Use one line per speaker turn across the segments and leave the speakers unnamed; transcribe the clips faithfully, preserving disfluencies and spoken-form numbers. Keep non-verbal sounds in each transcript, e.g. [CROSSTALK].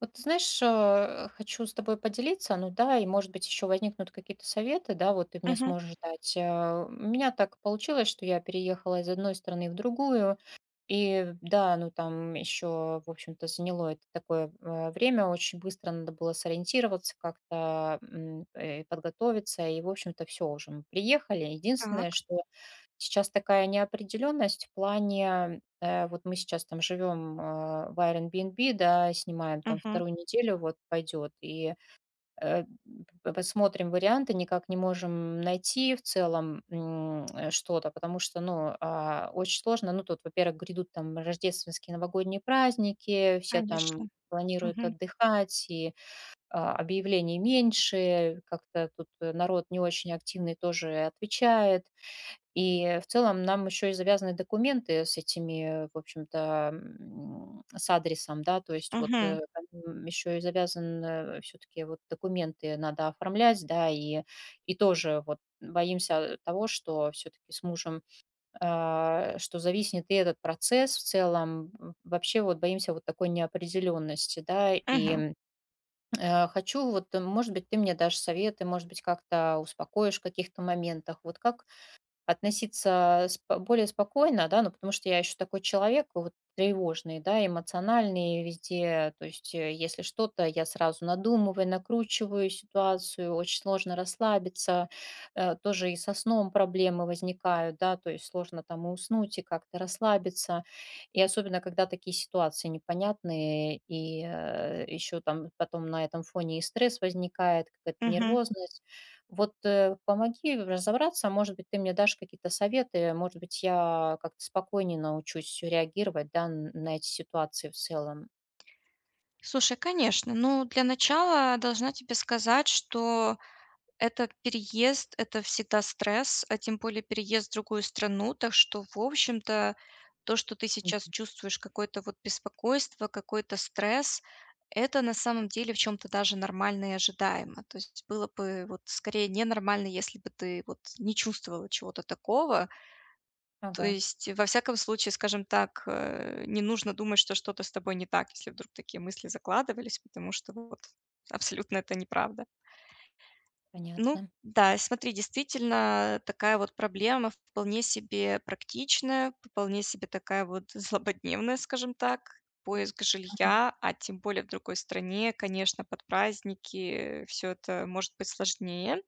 Вот ты знаешь, э, хочу с тобой поделиться, ну да, и может быть еще возникнут какие-то советы, да, вот ты мне
Мгм.
сможешь дать. Э, У меня так получилось, что я переехала из одной страны в другую, и да, ну там еще, в общем-то, заняло это такое э, время, очень быстро надо было сориентироваться, как-то м, э, подготовиться, и, в общем-то, все уже, мы приехали. Единственное,
Так.
что Сейчас такая неопределенность в плане, э, вот мы сейчас там живем, а, в Airbnb, да, снимаем там
Мгм.
вторую неделю, вот пойдет, и, э, п п смотрим варианты, никак не можем найти в целом, м, э, что-то, потому что, ну, а, очень сложно. Ну, тут, во-первых, грядут там рождественские, новогодние праздники, все там
Конечно.
планируют
Мгм.
отдыхать, и, а, объявлений меньше, как-то тут э, народ не очень активный тоже отвечает. И в целом нам еще и завязаны документы с этими, в общем-то, м, с адресом, да, то есть вот
Мгм.
э, еще и завязан все-таки вот документы надо оформлять, да, и, и тоже вот боимся того, что все-таки с мужем, а, что зависнет и этот процесс в целом. М, Вообще вот боимся вот такой неопределенности, да, и
Мгм.
м, э, хочу вот, э, может быть, ты мне дашь советы, может быть, как-то успокоишь в каких-то моментах. Вот как относиться спо более спокойно, да, ну, потому что я еще такой человек вот тревожный, да, эмоциональный везде. То есть, э, если что-то, я сразу надумываю, накручиваю ситуацию, очень сложно расслабиться. Э, тоже и со сном проблемы возникают, да, то есть сложно там и уснуть, и как-то расслабиться. И особенно, когда такие ситуации непонятные, и, э, еще там потом на этом фоне и стресс возникает, какая-то
Мгм.
нервозность. Вот, э, помоги разобраться, может быть, ты мне дашь какие-то советы, может быть, я как-то спокойнее научусь реагировать, да, н- на эти ситуации в целом.
Слушай, конечно. Ну, для начала должна тебе сказать, что этот переезд- это всегда стресс, а тем более переезд в другую страну. Так что, в общем-то, то, что ты сейчас
Мгм.
чувствуешь какое-то вот беспокойство, какой-то стресс- это на самом деле в чем то даже нормально и ожидаемо. То есть было бы вот скорее ненормально, если бы ты вот не чувствовала чего-то такого. То
Ага,
есть, во всяком случае, скажем так, э, не нужно думать, что что-то с тобой не так, если вдруг такие мысли закладывались, потому что вот абсолютно это неправда. Ну
понятно.
да, смотри, действительно, такая вот проблема вполне себе практичная, вполне себе такая вот [LAUGHS] злободневная, скажем так. Поиск
Мгм.
жилья, а тем более в другой стране, конечно, под праздники все это может быть сложнее.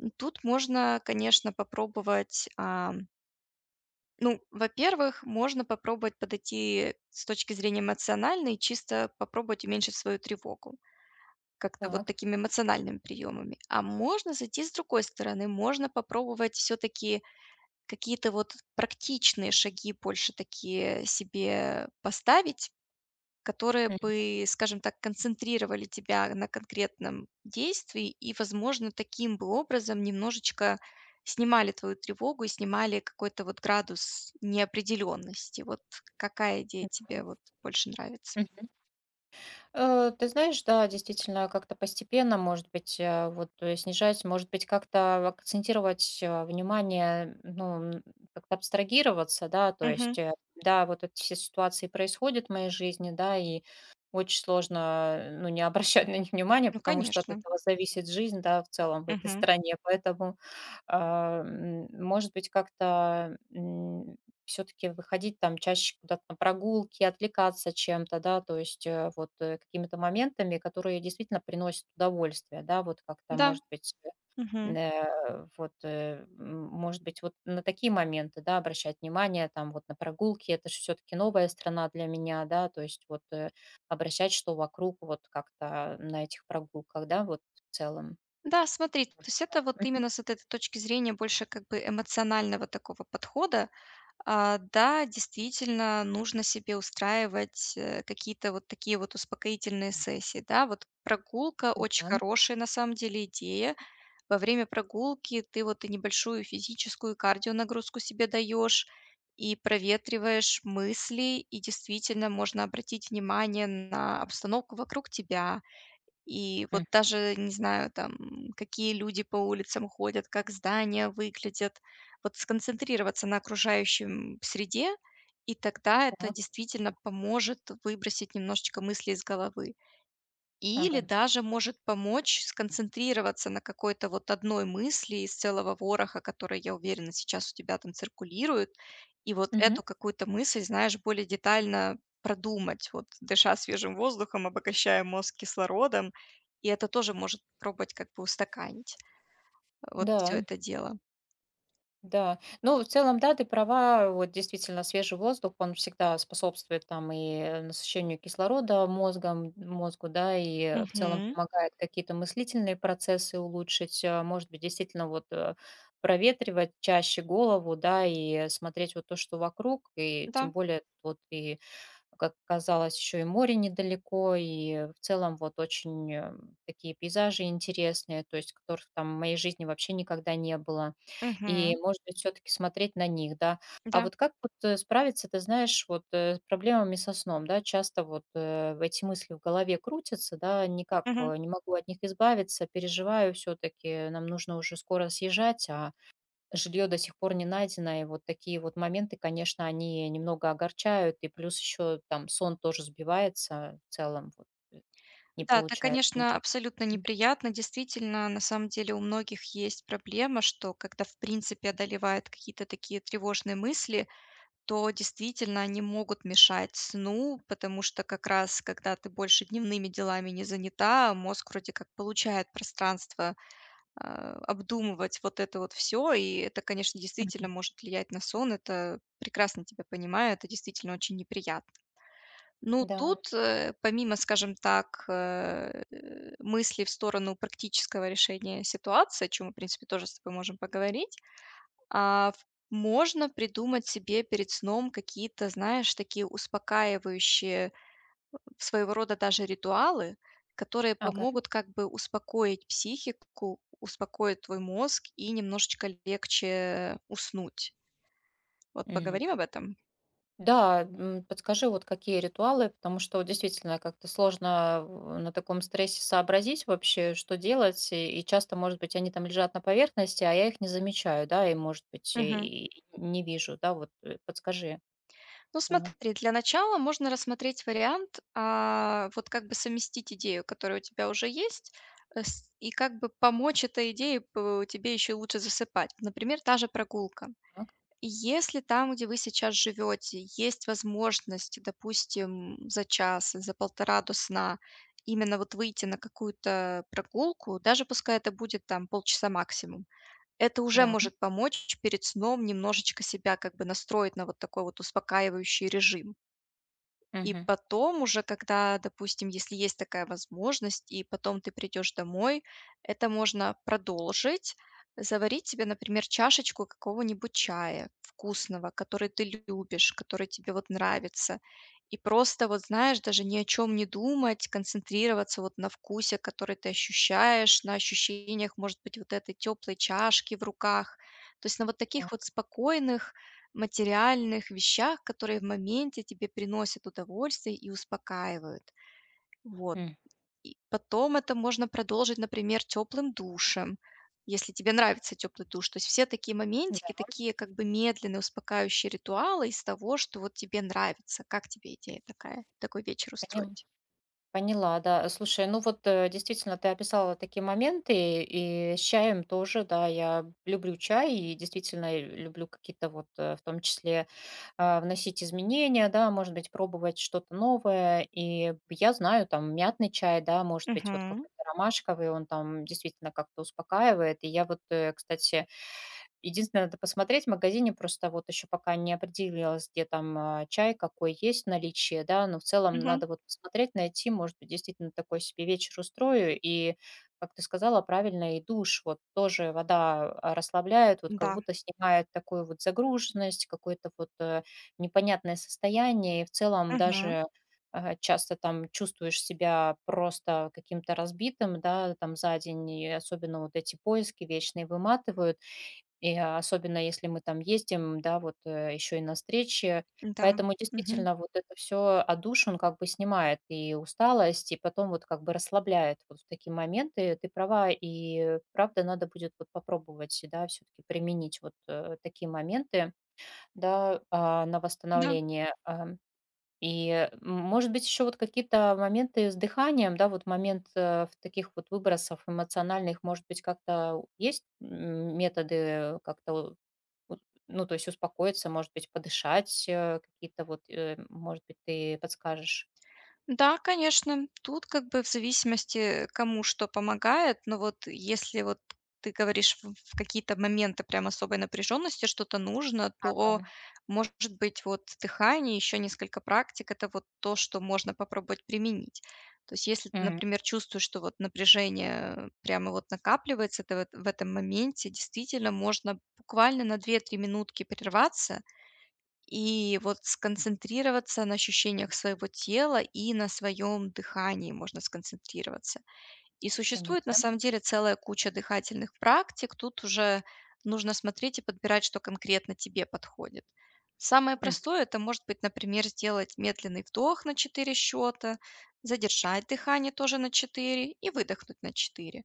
М, Тут можно, конечно, попробовать, ну, во-первых, можно попробовать подойти с точки зрения эмоциональной, чисто попробовать уменьшить свою тревогу как-то вот
Так.
такими эмоциональными приемами. А можно зайти с другой стороны, можно попробовать все-таки какие-то вот практичные шаги больше такие себе поставить, которые
Мгм.
бы, скажем так, концентрировали тебя на конкретном действии и, возможно, таким бы образом немножечко снимали твою тревогу и снимали какой-то вот градус неопределенности. Вот какая идея тебе вот больше нравится?
Мгм. Э, ты знаешь, да, действительно, как-то постепенно, может быть, э, вот э, снижать, может быть, как-то акцентировать э, внимание, ну, м, как-то абстрагироваться, да, то
Мгм.
есть, э, да, вот эти все ситуации происходят в моей жизни, да, и очень сложно, э, ну, не [LAUGHS] обращать на них внимания,
Ну,
потому что от
конечно.
этого зависит жизнь, да, в целом в этой
Мгм.
стране, поэтому а, м, может быть, как-то все таки выходить там чаще куда-то на прогулки, отвлекаться чем-то, да, то есть, э, вот, э, какими-то моментами, которые действительно приносят удовольствие, да, вот как там,
Да.
может быть,
Мгм.
э, вот, э, м, может быть, вот на такие моменты, да, обращать внимание, там вот на прогулки. Это ж всё-таки новая страна для меня, да, то есть вот, э, обращать, что вокруг вот как-то на этих прогулках, да, вот в целом.
Да, смотри, то есть это вот
Мгм.
именно с вот этой точки зрения больше как бы эмоционального такого подхода. А, да, действительно, нужно себе устраивать, э, какие-то вот такие вот успокоительные сессии, да. Вот прогулка- очень
Да.
хорошая, на самом деле, идея. Во время прогулки ты вот и небольшую физическую кардионагрузку себе даешь, и проветриваешь мысли, и действительно можно обратить внимание на обстановку вокруг тебя. И
М.
вот даже, не знаю, там, какие люди по улицам ходят, как здания выглядят. Вот сконцентрироваться на окружающем среде, и тогда это
Так.
действительно поможет выбросить немножечко мысли из головы. Или
Ага.
даже может помочь сконцентрироваться на какой-то вот одной мысли из целого вороха, которая, я уверена, сейчас у тебя там циркулирует, и вот
Мгм.
эту какую-то мысль, знаешь, более детально продумать, вот дыша свежим воздухом, обогащая мозг кислородом, и это тоже может пробовать как бы устаканить э, вот все
Да.
это дело.
Да, ну, в целом, да, ты права, вот действительно свежий воздух, он всегда способствует там и насыщению кислорода мозгом, мозгу, да, и в целом
Мгм.
помогает какие-то мыслительные процессы улучшить, а, может быть, действительно вот э, проветривать чаще голову, да, и смотреть вот то, что вокруг, и тем
Да.
более вот и как оказалось, еще и море недалеко, и в целом вот очень э, такие пейзажи интересные, то есть которых там в моей жизни вообще никогда не было. И,
Мгм.
может быть, все-таки смотреть на них, да. А
Да.
вот как вот э, справиться, ты знаешь, вот э, с проблемами со сном, да, часто вот э, эти мысли в голове крутятся, да, никак
Мгм.
э, не могу от них избавиться, переживаю все-таки, нам нужно уже скоро съезжать, а жилье до сих пор не найдено, и вот такие вот моменты, конечно, они немного огорчают, и плюс еще там сон тоже сбивается в целом, вот, э, не
Да, это,
получается
конечно,
никак.
абсолютно
М.
неприятно. Действительно, на самом деле у многих есть проблема, что когда, в принципе, одолевают какие-то такие тревожные мысли, то действительно они могут мешать сну, потому что как раз, когда ты больше дневными делами не занята, мозг вроде как получает пространство а, обдумывать вот это вот все, и это, конечно, действительно
Мгм.
может влиять на сон. Это прекрасно тебя понимаю, это действительно очень неприятно. Ну,
Да,
тут, э, помимо, скажем так, э, э, мысли в сторону практического решения ситуации, о чем мы, в принципе, тоже с тобой можем поговорить, а, в- можно придумать себе перед сном какие-то, знаешь, такие успокаивающие, своего рода даже ритуалы, которые
ага.
помогут как бы успокоить психику, успокоить твой мозг и немножечко легче уснуть. Вот
М.
поговорим об этом?
Да, м, подскажи, вот какие ритуалы, потому что вот действительно как-то сложно в- на таком стрессе сообразить вообще, что делать, и, и часто, может быть, они там лежат на поверхности, а я их не замечаю, да, и, может быть, и, и не вижу, да, вот э, подскажи.
Ну,
Да.
смотри, для начала можно рассмотреть вариант, а, вот как бы совместить идею, которая у тебя уже есть, э, с- и как бы помочь этой идее п- тебе еще лучше засыпать. Например, та же прогулка.
Так,
И если там, где вы сейчас живете, есть возможность, допустим, за час, за полтора до сна, именно вот выйти на какую-то прогулку, даже пускай это будет там полчаса максимум, это уже
да.
может помочь перед сном немножечко себя как бы настроить на вот такой вот успокаивающий режим. И
Мгм.
потом уже, когда, допустим, если есть такая возможность, и потом ты придешь домой, это можно продолжить. Заварить себе, например, чашечку какого-нибудь чая вкусного, который ты любишь, который тебе вот нравится. И просто вот, знаешь, даже ни о чем не думать, концентрироваться вот на вкусе, который ты ощущаешь, на ощущениях, может быть, вот этой теплой чашки в руках. То есть на вот таких вот спокойных, материальных вещах, которые в моменте тебе приносят удовольствие и успокаивают. Вот.
М.
И потом это можно продолжить, например, теплым душем, если тебе нравится теплый душ. То есть все такие
Да,
моментики, такие как бы медленные, успокаивающие ритуалы из того, что вот тебе нравится. Как тебе идея такая, такой вечер
понял
устроить?
поняла, да. Слушай, ну вот, э, действительно, ты описала такие моменты, и с чаем тоже, да, я люблю чай и действительно э, люблю какие-то вот, э, в том числе, а, вносить изменения, да, может быть, пробовать что-то новое. И я знаю, там, мятный чай, да, может быть, вот
Мгм.
какой-то ромашковый, он там действительно как-то успокаивает. И я вот, э, кстати, единственное, надо посмотреть в магазине, просто вот еще пока не определилась, где там а, чай, какой есть наличие, да, но в целом
Мгм.
надо вот посмотреть, найти, может быть, действительно такой себе вечер устрою. И, как ты сказала, правильно, и душ, вот тоже вода а, расслабляет, вот как
Да.
будто снимает такую вот загруженность, какое-то вот э, непонятное состояние, и в целом
Мгм.
даже а, часто там чувствуешь себя просто каким-то разбитым, да, там за день, и особенно вот эти поиски вечные выматывают, и а, особенно если мы там ездим, да, вот, э, еще и на встречи.
Да.
Поэтому
Мгм.
действительно вот это всё отдушину как бы снимает и усталость, и потом вот как бы расслабляет вот в такие моменты. Ты права, и правда надо будет вот попробовать, да, все таки применить вот, э, такие моменты, да, а, на
Да.
восстановление. Ам, и, м, может быть, еще вот какие-то моменты с дыханием, да, вот момент, э, в таких вот выбросов эмоциональных, может быть, как-то есть, м, методы как-то вот, ну, то есть успокоиться, может быть, подышать, э, какие-то вот, э, может быть, ты подскажешь.
Да, конечно, тут как бы в зависимости, кому что помогает, но вот если вот ты говоришь в в какие-то моменты прям особой напряженности что-то нужно, то,
Ага.
может быть, вот дыхание, еще несколько практик, это вот то, что можно попробовать применить. То есть если ты,
М,
например, чувствуешь, что вот напряжение прямо вот накапливается, это вот в этом моменте действительно можно буквально на две три минутки прерваться, и вот сконцентрироваться на ощущениях своего тела и на своем дыхании можно сконцентрироваться. И существует на
понятно.
самом деле целая куча дыхательных практик. Тут уже нужно смотреть и подбирать, что конкретно тебе подходит. Самое
М.
простое это может быть, например, сделать медленный вдох на четыре счета, задержать дыхание тоже на четыре и выдохнуть на четыре.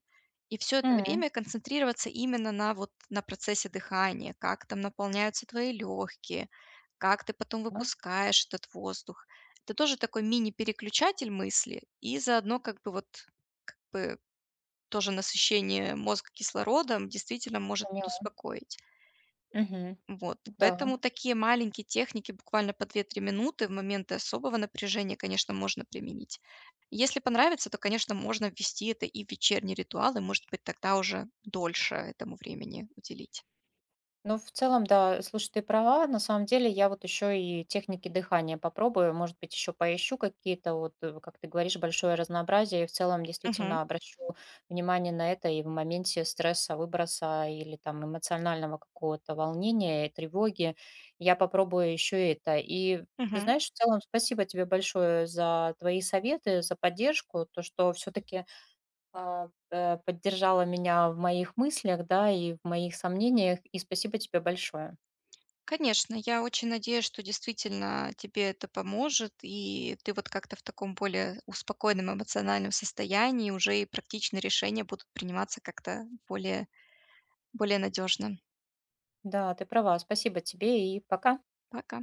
И все это
М.
время концентрироваться именно на вот на процессе дыхания, как там наполняются твои легкие, как ты потом
Да,
выпускаешь этот воздух. Это тоже такой мини-переключатель мысли и заодно как бы вот как бы тоже насыщение мозга кислородом действительно может
поняла.
подуспокоить.
Мгм.
Вот.
Да.
Поэтому такие маленькие техники, буквально по две три минуты в моменты особого напряжения, конечно, можно применить. Если понравится, то, конечно, можно ввести это и в вечерний ритуал, и, может быть, тогда уже дольше этому времени уделить.
Ну, в целом, да, слушай, ты права. На самом деле, я вот еще и техники дыхания попробую. Может быть, еще поищу какие-то, вот, э, как ты говоришь, большое разнообразие. И в целом
Мгм.
действительно обращу внимание на это и в моменте стресса, выброса или там эмоционального какого-то волнения, и тревоги. Я попробую еще это. И ты
Мгм.
знаешь, в целом, спасибо тебе большое за твои советы, за поддержку, то, что все-таки а, э, поддержала меня в моих мыслях, да, и в моих сомнениях. И спасибо тебе большое.
Конечно, я очень надеюсь, что действительно тебе это поможет, и ты вот как-то в таком более успокоенном эмоциональном состоянии уже и практичные решения будут приниматься как-то более более надежно.
Да, ты права. Спасибо тебе и пока.
Пока.